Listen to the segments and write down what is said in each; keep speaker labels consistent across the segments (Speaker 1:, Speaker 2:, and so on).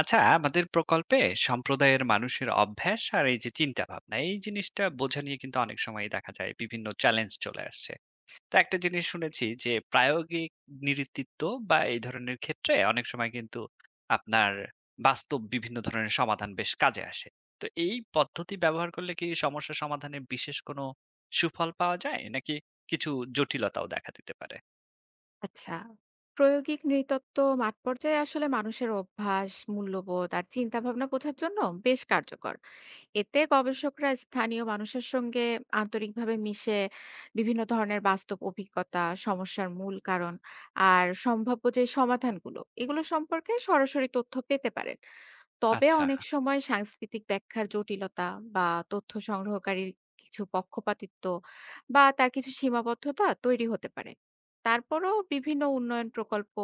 Speaker 1: আচ্ছা আমাদের প্রকল্পে সম্প্রদায়ের মানুষের অভ্যাস আর এই যে চিন্তা ভাবনা এই জিনিসটা বোঝা নিয়ে কিন্তু অনেক সময় দেখা যায় বিভিন্ন চ্যালেঞ্জ চলে আসছে। তো একটা জিনিস শুনেছি যে প্রায়োগিক নেতৃত্ব বা এই ধরনের ক্ষেত্রে অনেক সময় কিন্তু আপনার বাস্তব বিভিন্ন ধরনের সমাধান বেশ কাজে আসে। তো এই পদ্ধতি ব্যবহার করলে কি সমস্যা সমাধানে বিশেষ কোনো সুফল পাওয়া যায় নাকি কিছু জটিলতাও দেখা দিতে পারে?
Speaker 2: আচ্ছা। প্রায়োগিক নৃতত্ব মাঠ পর্যায়ে আসলে মানুষের অভ্যাস, মূল্যবোধ আর চিন্তাভাবনা বোঝার জন্য বেশ কার্যকর। এতে গবেষকরা স্থানীয় মানুষের সঙ্গে আন্তরিকভাবে মিশে বিভিন্ন ধরনের বাস্তব অভিজ্ঞতা, সমস্যার মূল কারণ আর সম্ভাব্য যে সমাধানগুলো, এগুলো সম্পর্কে সরাসরি তথ্য পেতে পারেন। তবে
Speaker 1: আচ্ছা।
Speaker 2: অনেক সময় সাংস্কৃতিক ব্যাখ্যার জটিলতা বা তথ্য সংগ্রহকারীর কিছু পক্ষপাতিত্ব বা তার কিছু সীমাবদ্ধতা তৈরি হতে পারে। তারপরও বিভিন্ন উন্নয়ন প্রকল্প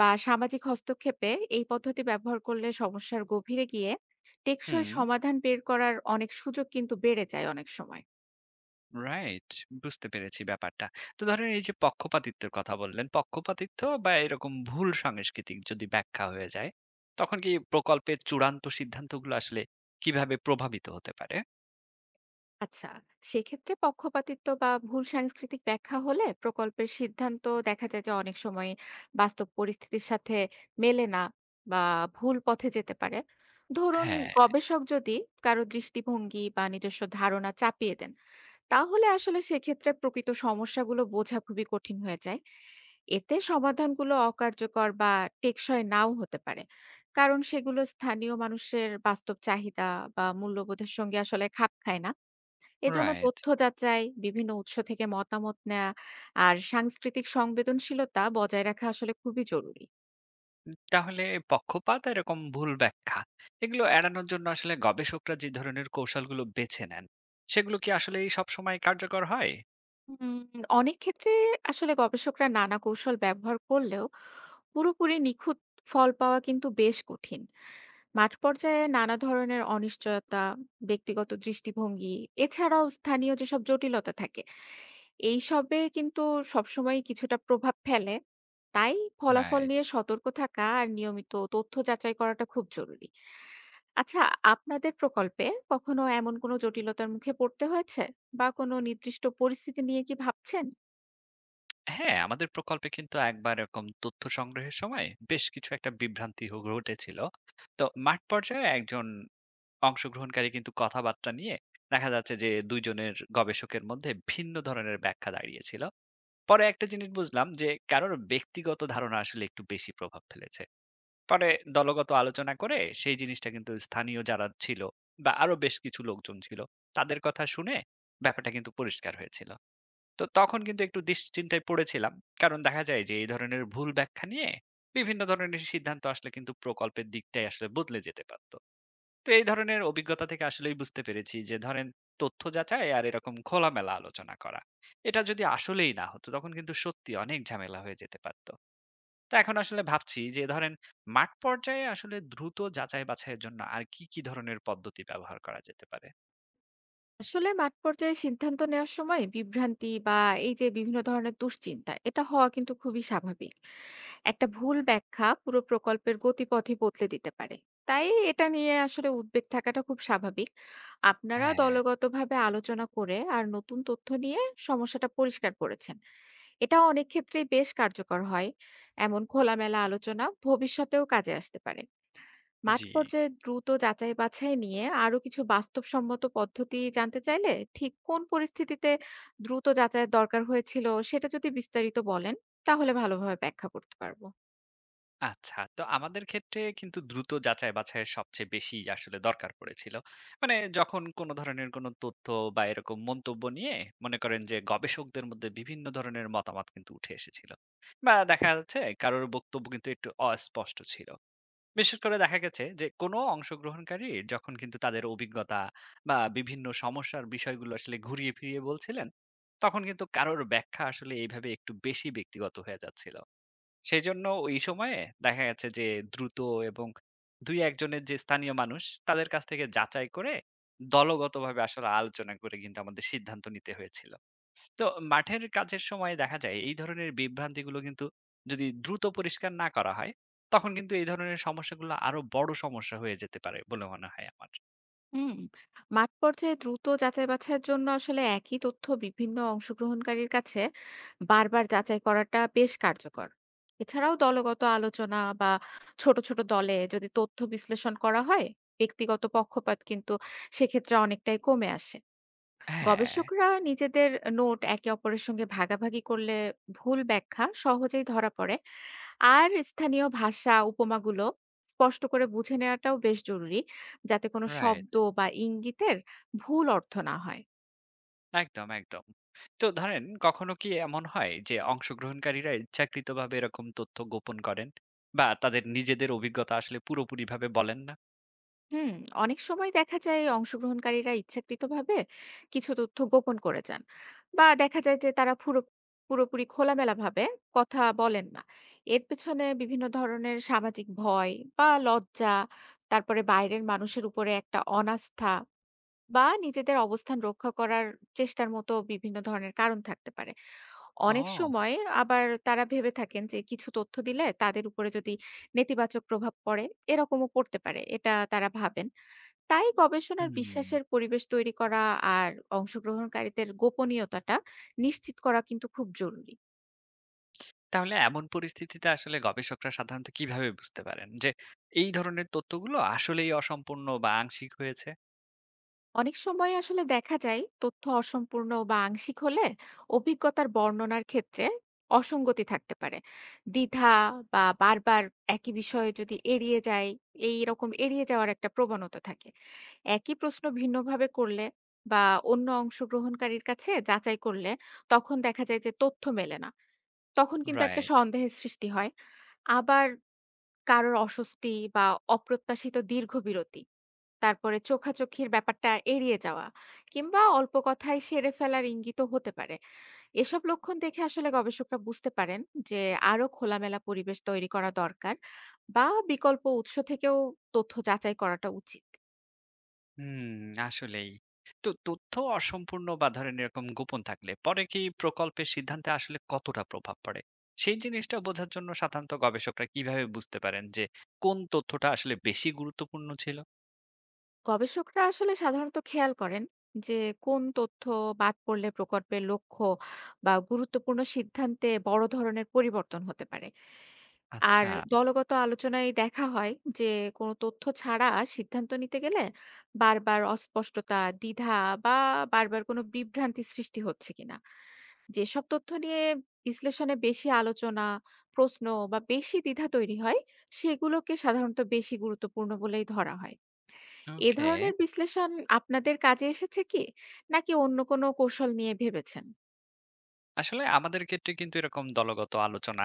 Speaker 2: বা সামাজিক হস্তক্ষেপে এই পদ্ধতি ব্যবহার করলে সমস্যার গভীরে গিয়ে টেকসই
Speaker 1: হুম।
Speaker 2: সমাধান বের করার অনেক সুযোগ কিন্তু বেড়ে যায় অনেক সময়।
Speaker 1: রাইট। বুঝতে পেরেছি ব্যাপারটা। তো ধরেন এই যে পক্ষপাতিত্বের কথা বললেন, পক্ষপাতিত্ব বা এরকম ভুল সাংস্কৃতিক যদি ব্যাখ্যা হয়ে যায়, তখন কি প্রকল্পের চূড়ান্ত সিদ্ধান্তগুলো আসলে কিভাবে প্রভাবিত হতে পারে?
Speaker 2: আচ্ছা, সেক্ষেত্রে পক্ষপাতিত্ব বা ভুল সাংস্কৃতিক ব্যাখ্যা হলে প্রকল্পের সিদ্ধান্ত দেখা যায় যে অনেক সময় বাস্তব পরিস্থিতির সাথে মেলে না বা ভুল পথে যেতে পারে। ধরুন,
Speaker 1: হ্যাঁ,
Speaker 2: গবেষক যদি কারো দৃষ্টিভঙ্গি বা নিজস্ব ধারণা চাপিয়ে দেন, তাহলে আসলে সেক্ষেত্রে প্রকৃত সমস্যাগুলো বোঝা খুবই কঠিন হয়ে যায়। এতে সমাধানগুলো অকার্যকর বা টেকসই নাও হতে পারে। কারণ সেগুলো স্থানীয় মানুষের বাস্তব চাহিদা বা মূল্যবোধের সঙ্গে আসলে খাপ খায় না। এজন্য
Speaker 1: রাইট।
Speaker 2: তথ্য যাচাই, বিভিন্ন উৎস থেকে মতামত নেয়া আর সাংস্কৃতিক সংবেদনশীলতা বজায় রাখা আসলে খুবই জরুরি।
Speaker 1: তাহলে পক্ষপাত আর এরকম ভুল ব্যাখ্যা এগুলো এড়ানোর জন্য আসলে গবেষকরা যে ধরনের কৌশলগুলো বেছে নেন, সেগুলো কি আসলেই সবসময় কার্যকর হয়?
Speaker 2: উম অনেক ক্ষেত্রে আসলে গবেষকরা নানা কৌশল ব্যবহার করলেও পুরোপুরি নিখুঁত ফল পাওয়া কিন্তু বেশ কঠিন। মাঠ পর্যায়ে নানা ধরনের অনিশ্চয়তা, ব্যক্তিগত দৃষ্টিভঙ্গি, এছাড়াও স্থানীয় যেসব জটিলতা থাকে, এইসবে কিন্তু সবসময়ই কিছুটা প্রভাব ফেলে। তাই ফলাফল
Speaker 1: রাইট।
Speaker 2: নিয়ে সতর্ক থাকা আর নিয়মিত তথ্য যাচাই করাটা খুব জরুরি। আচ্ছা, আপনাদের প্রকল্পে কখনো এমন কোনো জটিলতার মুখে পড়তে হয়েছে? বা কোনো নির্দিষ্ট পরিস্থিতি নিয়ে কি ভাবছেন?
Speaker 1: হ্যাঁ, আমাদের প্রকল্পে কিন্তু একবার এরকম তথ্য সংগ্রহের সময় বেশ কিছু একটা বিভ্রান্তি ঘটেছিল। তো মাঠ পর্যায়ে একজন অংশগ্রহণকারী কিন্তু কথাবার্তা নিয়ে দেখা যাচ্ছে যে ২ জনের গবেষকের মধ্যে ভিন্ন ধরনের ব্যাখ্যা দাঁড়িয়েছিল। পরে একটা জিনিস বুঝলাম যে কারোর ব্যক্তিগত ধারণা আসলে একটু বেশি প্রভাব ফেলেছে। পরে দলগত আলোচনা করে সেই জিনিসটা কিন্তু স্থানীয় যারা ছিল বা আরো বেশ কিছু লোকজন ছিল, তাদের কথা শুনে ব্যাপারটা কিন্তু পরিষ্কার হয়েছিল। তো তখন কিন্তু একটু দুশ্চিন্তায় পড়েছিলাম। কারণ দেখা যায় যে এই ধরনের ভুল ব্যাখ্যা নিয়ে বিভিন্ন ধরনের সিদ্ধান্ত আসলে কিন্তু প্রকল্পের দিকটাই আসলে বদলে যেতে পারত। তো এই ধরনের অভিজ্ঞতা থেকে আসলেই বুঝতে পেরেছি যে ধরেন তথ্য যাচাই আর এরকম খোলামেলা আলোচনা করা। এটা যদি আসলেই না হতো তখন কিন্তু সত্যি অনেক ঝামেলা হয়ে যেতে পারত। তো এখন আসলে ভাবছি যে ধরেন মাঠ পর্যায়ে আসলে দ্রুত যাচাই বাছাইয়ের জন্য আর কি ধরনের পদ্ধতি ব্যবহার করা যেতে পারে?
Speaker 2: আসলে মাঠ পর্যায়ে সিদ্ধান্ত নেওয়ার সময় বিভ্রান্তি বা এই যে বিভিন্ন ধরনের দুশ্চিন্তা এটা হওয়া কিন্তু খুবই স্বাভাবিক। একটা ভুল ব্যাখ্যা পুরো প্রকল্পের গতিপথই বদলে দিতে পারে। তাই এটা নিয়ে আসলে উদ্বেগ থাকাটা খুব স্বাভাবিক। আপনারা
Speaker 1: হ্যাঁ,
Speaker 2: দলগতভাবে আলোচনা করে আর নতুন তথ্য নিয়ে সমস্যাটা পরিষ্কার করেছেন, এটা অনেক ক্ষেত্রেই বেশ কার্যকর হয়। এমন খোলামেলা আলোচনা ভবিষ্যতেও কাজে আসতে পারে। মাঠ
Speaker 1: জি।
Speaker 2: পর্যায়ে দ্রুত যাচাই বাছাই নিয়ে আরো কিছু বাস্তবসম্মত পদ্ধতি জানতে চাইলে, ঠিক কোন পরিস্থিতিতে দ্রুত যাচাইয়ের দরকার হয়েছিল সেটা যদি বিস্তারিত বলেন, তাহলে ভালোভাবে ব্যাখ্যা করতে পারবো।
Speaker 1: আচ্ছা। তো আমাদের ক্ষেত্রে কিন্তু দ্রুত যাচাই বাছাইয়ের সবচেয়ে বেশি আসলে দরকার পড়েছিল। মানে যখন কোন ধরনের কোন তথ্য বা এরকম মন্তব্য নিয়ে মনে করেন যে গবেষকদের মধ্যে বিভিন্ন ধরনের মতামত কিন্তু উঠে এসেছিল। বা দেখা যাচ্ছে কারোর বক্তব্য কিন্তু একটু অস্পষ্ট ছিল। বিশেষ করে দেখা গেছে যে কোন অংশগ্রহণকারী যখন কিন্তু তাদের অভিজ্ঞতা বা বিভিন্ন সমস্যার বিষয়গুলো আসলে ঘুরিয়ে ফিরিয়ে বলছিলেন, তখন কিন্তু কারোর ব্যাখ্যা আসলে এইভাবে একটু বেশি ব্যক্তিগত হয়ে যাচ্ছিল। সেজন্য ওই সময়ে দেখা গেছে যে দ্রুত এবং ২-১ জনের যে স্থানীয় মানুষ তাদের কাছ থেকে যাচাই করে দলগতভাবে আসলে আলোচনা করে কিন্তু আমাদের সিদ্ধান্ত নিতে হয়েছিল। তো মাঠের কাজের সময় দেখা যায় এই ধরনের বিভ্রান্তিগুলো কিন্তু যদি দ্রুত পরিষ্কার না করা হয়, তখন কিন্তু এই ধরনের সমস্যাগুলো আরো বড় সমস্যা হয়ে যেতে পারে বলে মনে হয় আমার।
Speaker 2: হুম, মাঠ পর্যায়ে দ্রুত যাচাই বাছাইয়ের জন্য আসলে একই তথ্য বিভিন্ন অংশগ্রহণকারীর কাছে বারবার যাচাই করাটা বেশ কার্যকর। এছাড়াও দলগত আলোচনা বা ছোট ছোট দলে যদি তথ্য বিশ্লেষণ করা হয়, ব্যক্তিগত পক্ষপাত কিন্তু সেক্ষেত্রে অনেকটাই কমে আসে।
Speaker 1: হ্যাঁ,
Speaker 2: গবেষকরা নিজেদের নোট একে অপরের সঙ্গে ভাগাভাগি করলে ভুল ব্যাখ্যা সহজেই ধরা পড়ে। আর স্থানীয় ভাষা উপমাগুলো স্পষ্ট করে বুঝে নেওয়াটাও বেশ জরুরি, যাতে কোনো
Speaker 1: রাইট।
Speaker 2: শব্দ বা ইঙ্গিতের ভুল অর্থ না হয়।
Speaker 1: একদম, একদম। তো ধরেন কখনো কি এমন হয় যে অংশগ্রহণকারীরা ইচ্ছাকৃতভাবে এরকম তথ্য গোপন করেন? বা তাদের নিজেদের অভিজ্ঞতা আসলে পুরোপুরিভাবে বলেন না?
Speaker 2: হুম, অনেক সময় দেখা যায় অংশগ্রহণকারীরা ইচ্ছাকৃতভাবে কিছু তথ্য গোপন করে যান, বা দেখা যায় যে তারা পুরোপুরি খোলামেলাভাবে কথা বলেন না। এর পেছনে বিভিন্ন ধরনের সামাজিক ভয় বা লজ্জা, তারপরে বাইরের মানুষের উপরে একটা অনাস্থা বা নিজেদের অবস্থান রক্ষা করার চেষ্টার মতো বিভিন্ন ধরনের কারণ থাকতে পারে। অনেক
Speaker 1: ও!
Speaker 2: সময় আবার তারা ভেবে থাকেন যে কিছু তথ্য দিলে তাদের উপরে যদি নেতিবাচক প্রভাব পড়ে, এরকমও পড়তে পারে। এটা তারা ভাবেন। তাই গবেষণার
Speaker 1: হুম।
Speaker 2: বিশ্বাসের পরিবেশ তৈরি করা আর অংশগ্রহণকারীদের গোপনীয়তাটা নিশ্চিত করা কিন্তু খুব জরুরি।
Speaker 1: তাহলে এমন পরিস্থিতিতে আসলে গবেষকরা সাধারণত কিভাবে বুঝতে পারেন যে এই ধরনের তথ্যগুলো আসলেই অসম্পূর্ণ বা আংশিক হয়েছে?
Speaker 2: অনেক সময় আসলে দেখা যায় তথ্য অসম্পূর্ণ বা আংশিক হলে অভিজ্ঞতার বর্ণনার ক্ষেত্রে অসঙ্গতি থাকতে পারে। দ্বিধা বা বারবার একই বিষয়ে যদি এড়িয়ে যায়, এই রকম এড়িয়ে যাওয়ার একটা প্রবণতা থাকে। একই প্রশ্ন ভিন্নভাবে করলে বা অন্য অংশগ্রহণকারীর কাছে যাচাই করলে তখন দেখা যায় যে তথ্য মেলে না, তখন কিন্তু একটা
Speaker 1: রাইট।
Speaker 2: সন্দেহের সৃষ্টি হয়। আবার কারোর অস্বস্তি বা অপ্রত্যাশিত দীর্ঘ বিরতি, তারপরে চোখাচোখির ব্যাপারটা এড়িয়ে যাওয়া কিংবা অল্প কথায় সেরে ফেলার ইঙ্গিতও হতে পারে। এসব লক্ষণ দেখে আসলে গবেষকরা বুঝতে পারেন যে আরো খোলামেলা পরিবেশ তৈরি করা দরকার বা বিকল্প উৎস থেকেও তথ্য যাচাই করাটা উচিত।
Speaker 1: হুম, আসলেই। তো তথ্য অসম্পূর্ণ বা ধরেন এরকম গোপন থাকলে পরে কি প্রকল্পের সিদ্ধান্তে আসলে কতটা প্রভাব পড়ে? সেই জিনিসটা বোঝার জন্য সাধারণত গবেষকরা কিভাবে বুঝতে পারেন যে কোন তথ্যটা আসলে বেশি গুরুত্বপূর্ণ ছিল?
Speaker 2: গবেষকরা আসলে সাধারণত খেয়াল করেন যে কোন তথ্য বাদ পড়লে প্রকল্পের লক্ষ্য বা গুরুত্বপূর্ণ সিদ্ধান্তে বড় ধরনের পরিবর্তন হতে পারে। আর
Speaker 1: আচ্ছা,
Speaker 2: দলগত আলোচনায় দেখা হয় যে কোনো তথ্য ছাড়া সিদ্ধান্ত নিতে গেলে বারবার অস্পষ্টতা, দ্বিধা বা বারবার কোনো বিভ্রান্তি সৃষ্টি হচ্ছে কিনা। যেসব তথ্য নিয়ে বিশ্লেষণে বেশি আলোচনা, প্রশ্ন বা বেশি দ্বিধা তৈরি হয়, সেগুলোকে সাধারণত বেশি গুরুত্বপূর্ণ বলেই ধরা হয়। এ
Speaker 1: ওকে।
Speaker 2: ধরনের বিশ্লেষণ আপনাদের কাজে এসেছে কি? নাকি অন্য কোনো কৌশল নিয়ে ভেবেছেন?
Speaker 1: আসলে আমাদের ক্ষেত্রে কিন্তু এরকম দলগত আলোচনা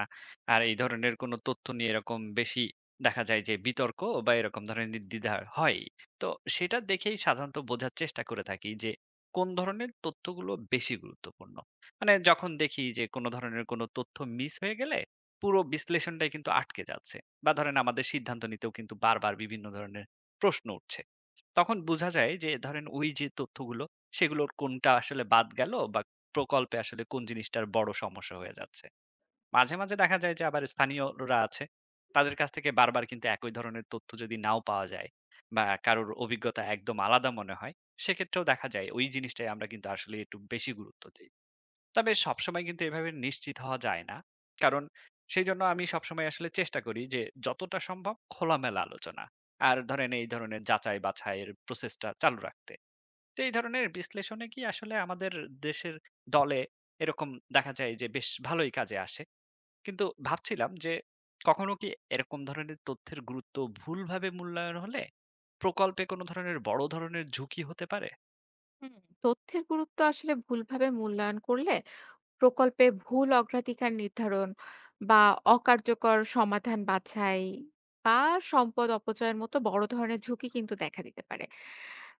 Speaker 1: আর এই ধরনের কোনো তথ্য নিয়ে এরকম বেশি দেখা যায় যে বিতর্ক বা এরকম ধরনের দ্বিধা হয়। তো সেটা দেখেই সাধারণত বোঝার চেষ্টা করে থাকি যে কোন ধরনের তথ্যগুলো বেশি গুরুত্বপূর্ণ। মানে যখন দেখি যে কোনো ধরনের কোনো তথ্য মিস হয়ে গেলে পুরো বিশ্লেষণটাই কিন্তু আটকে যাচ্ছে বা ধরেন আমাদের সিদ্ধান্ত নিতেও কিন্তু বারবার বিভিন্ন ধরনের প্রশ্ন উঠছে, তখন বোঝা যায় যে ধরেন ওই যে তথ্যগুলো সেগুলোর কোনটা আসলে বাদ গেল বা প্রকল্পে আসলে কোন জিনিসটার বড় সমস্যা হয়ে যাচ্ছে। মাঝে, মাঝে দেখা যায় যে আবার স্থানীয়রা আছে। তাদের কাছ থেকে বারবার কিন্তু একই ধরনের তথ্য যদি নাও পাওয়া যায় বা কারোর অভিজ্ঞতা একদম আলাদা মনে হয়, সেক্ষেত্রেও দেখা যায় ওই জিনিসটাই আমরা কিন্তু আসলে একটু বেশি গুরুত্ব দেই। তবে সবসময় কিন্তু এভাবে নিশ্চিত হওয়া যায় না। কারণ সেইজন্য আমি সবসময় আসলে চেষ্টা করি যে যতটা সম্ভব খোলামেলা আলোচনা। আর ধরেন এই ধরনের যাচাই বাছাইয়ের প্রসেসটা চালু রাখতে। তো এই ধরনের বিশ্লেষণে কি আসলে আমাদের দেশের দলে এরকম দেখা যায় যে বেশ ভালোই কাজে আসে। কিন্তু ভাবছিলাম যে কখনো কি এরকম ধরনের তথ্যের গুরুত্ব ভুলভাবে মূল্যায়ন হলে প্রকল্পে কোনো ধরনের বড় ধরনের ঝুঁকি হতে পারে?
Speaker 2: হুম, তথ্যের গুরুত্ব আসলে ভুলভাবে মূল্যায়ন করলে প্রকল্পে ভুল অগ্রাধিকার নির্ধারণ বা অকার্যকর সমাধান বাছাই বা সম্পদ অপচয়ের মতো বড় ধরনের ঝুঁকি কিন্তু দেখা দিতে পারে।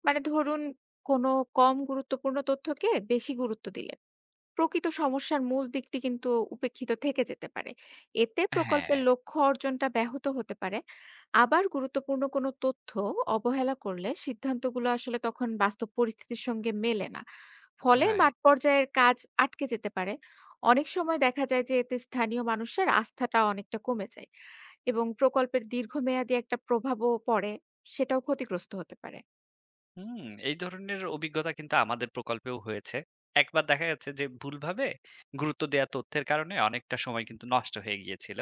Speaker 2: মানে ধরুন, কোনো কম গুরুত্বপূর্ণ তথ্যকে বেশি গুরুত্ব দিলে প্রকৃত সমস্যার মূল দিকটি কিন্তু উপেক্ষিত থেকে যেতে পারে। এতে
Speaker 1: হ্যাঁ,
Speaker 2: প্রকল্পের লক্ষ্য অর্জনটা ব্যাহত হতে পারে। আবার গুরুত্বপূর্ণ কোনো তথ্য অবহেলা করলে সিদ্ধান্তগুলো আসলে তখন বাস্তব পরিস্থিতির সঙ্গে মেলে না। ফলে মাঠ
Speaker 1: রাইট।
Speaker 2: পর্যায়ের কাজ আটকে যেতে পারে। অনেক সময় দেখা যায় যে এতে স্থানীয় মানুষের আস্থাটা অনেকটা কমে যায় এবং প্রকল্পের দীর্ঘমেয়াদী একটা প্রভাবও পড়ে, সেটাও ক্ষতিগ্রস্ত হতে পারে।
Speaker 1: হুম, এই ধরনের অভিজ্ঞতা কিন্তু আমাদের প্রকল্পেও হয়েছে। একবার দেখা যাচ্ছে যে ভুলভাবে গুরুত্ব দেয়া তথ্যের কারণে অনেকটা সময় কিন্তু নষ্ট হয়ে গিয়েছিল।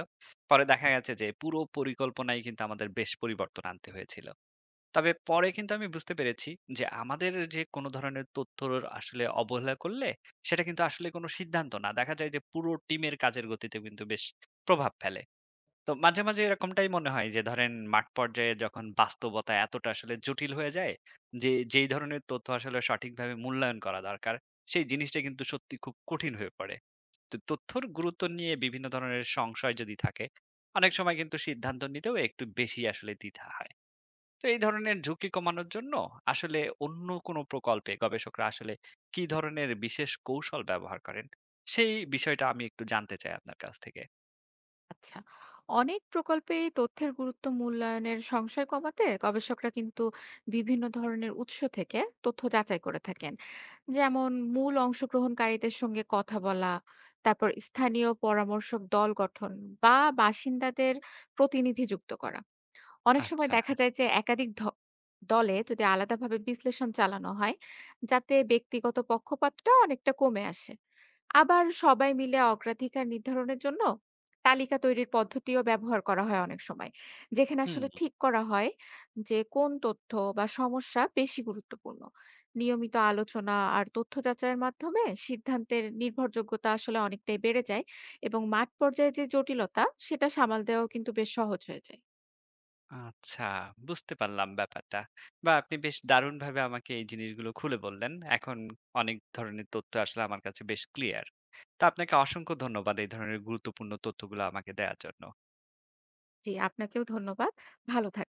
Speaker 1: পরে দেখা গেছে যে পুরো পরিকল্পনায় কিন্তু আমাদের বেশ পরিবর্তন আনতে হয়েছিল। তবে পরে কিন্তু আমি বুঝতে পেরেছি যে আমাদের যে কোনো ধরনের তথ্যর আসলে অবহেলা করলে সেটা কিন্তু আসলে কোনো সিদ্ধান্ত না। দেখা যায় যে পুরো টিমের কাজের গতিতে কিন্তু বেশ প্রভাব ফেলে। তো মাঝে, মাঝে এরকমটাই মনে হয় যে ধরেন মাঠ পর্যায়ে যখন বাস্তবতা এতটা আসলে জটিল হয়ে যায় যে যেই ধরনের তথ্য আসলে সঠিকভাবে মূল্যায়ন করা দরকার সেই জিনিসটা কিন্তু সত্যি খুব কঠিন হয়ে পড়ে। তো তথ্যর গুরুত্ব নিয়ে বিভিন্ন ধরনের সংশয় যদি থাকে অনেক সময় কিন্তু সিদ্ধান্ত নিতেও একটু বেশি আসলে দ্বিধা হয়। তো এই ধরনের ঝুঁকি কমানোর জন্য আসলে অন্য কোনো প্রকল্পে গবেষকরা আসলে কি ধরনের বিশেষ কৌশল ব্যবহার করেন সেই বিষয়টা আমি একটু জানতে চাই আপনার কাছ থেকে।
Speaker 2: আচ্ছা, অনেক প্রকল্পে এই তথ্যের গুরুত্ব মূল্যায়নের সংশয় কমাতে গবেষকরা কিন্তু বিভিন্ন ধরনের উৎস থেকে তথ্য যাচাই করে থাকেন। যেমন মূল অংশগ্রহণকারীদের সঙ্গে কথা বলা, তারপর স্থানীয় পরামর্শক দল গঠন বা বাসিন্দাদের প্রতিনিধি যুক্ত করা। অনেক সময়
Speaker 1: আচ্ছা।
Speaker 2: দেখা যায় যে একাধিক দলে যদি আলাদাভাবে বিশ্লেষণ চালানো হয়, যাতে ব্যক্তিগত পক্ষপাতটা অনেকটা কমে আসে। আবার সবাই মিলে অগ্রাধিকার নির্ধারণের জন্য তালিকা তৈরির পদ্ধতিও ব্যবহার করা হয় অনেক সময়। যেখানে
Speaker 1: হুম।
Speaker 2: আসলে ঠিক করা হয় যে কোন তথ্য বা সমস্যা বেশি গুরুত্বপূর্ণ। নিয়মিত আলোচনা আর তথ্য যাচাইয়ের মাধ্যমে সিদ্ধান্তের নির্ভরযোগ্যতা আসলে অনেকটাই বেড়ে যায় এবং মাঠ পর্যায়ে যে জটিলতা, সেটা সামাল দেওয়াও কিন্তু বেশ সহজ হয়ে যায়।
Speaker 1: আচ্ছা, বুঝতে পারলাম ব্যাপারটা। বা আপনি বেশ দারুণ ভাবে আমাকে এই জিনিসগুলো খুলে বললেন। এখন অনেক ধরনের তথ্য আসলে আমার কাছে বেশ ক্লিয়ার। তা আপনাকে অসংখ্য ধন্যবাদ এই ধরনের গুরুত্বপূর্ণ তথ্যগুলো আমাকে দেওয়ার জন্য।
Speaker 2: জি, আপনাকেও ধন্যবাদ। ভালো থাক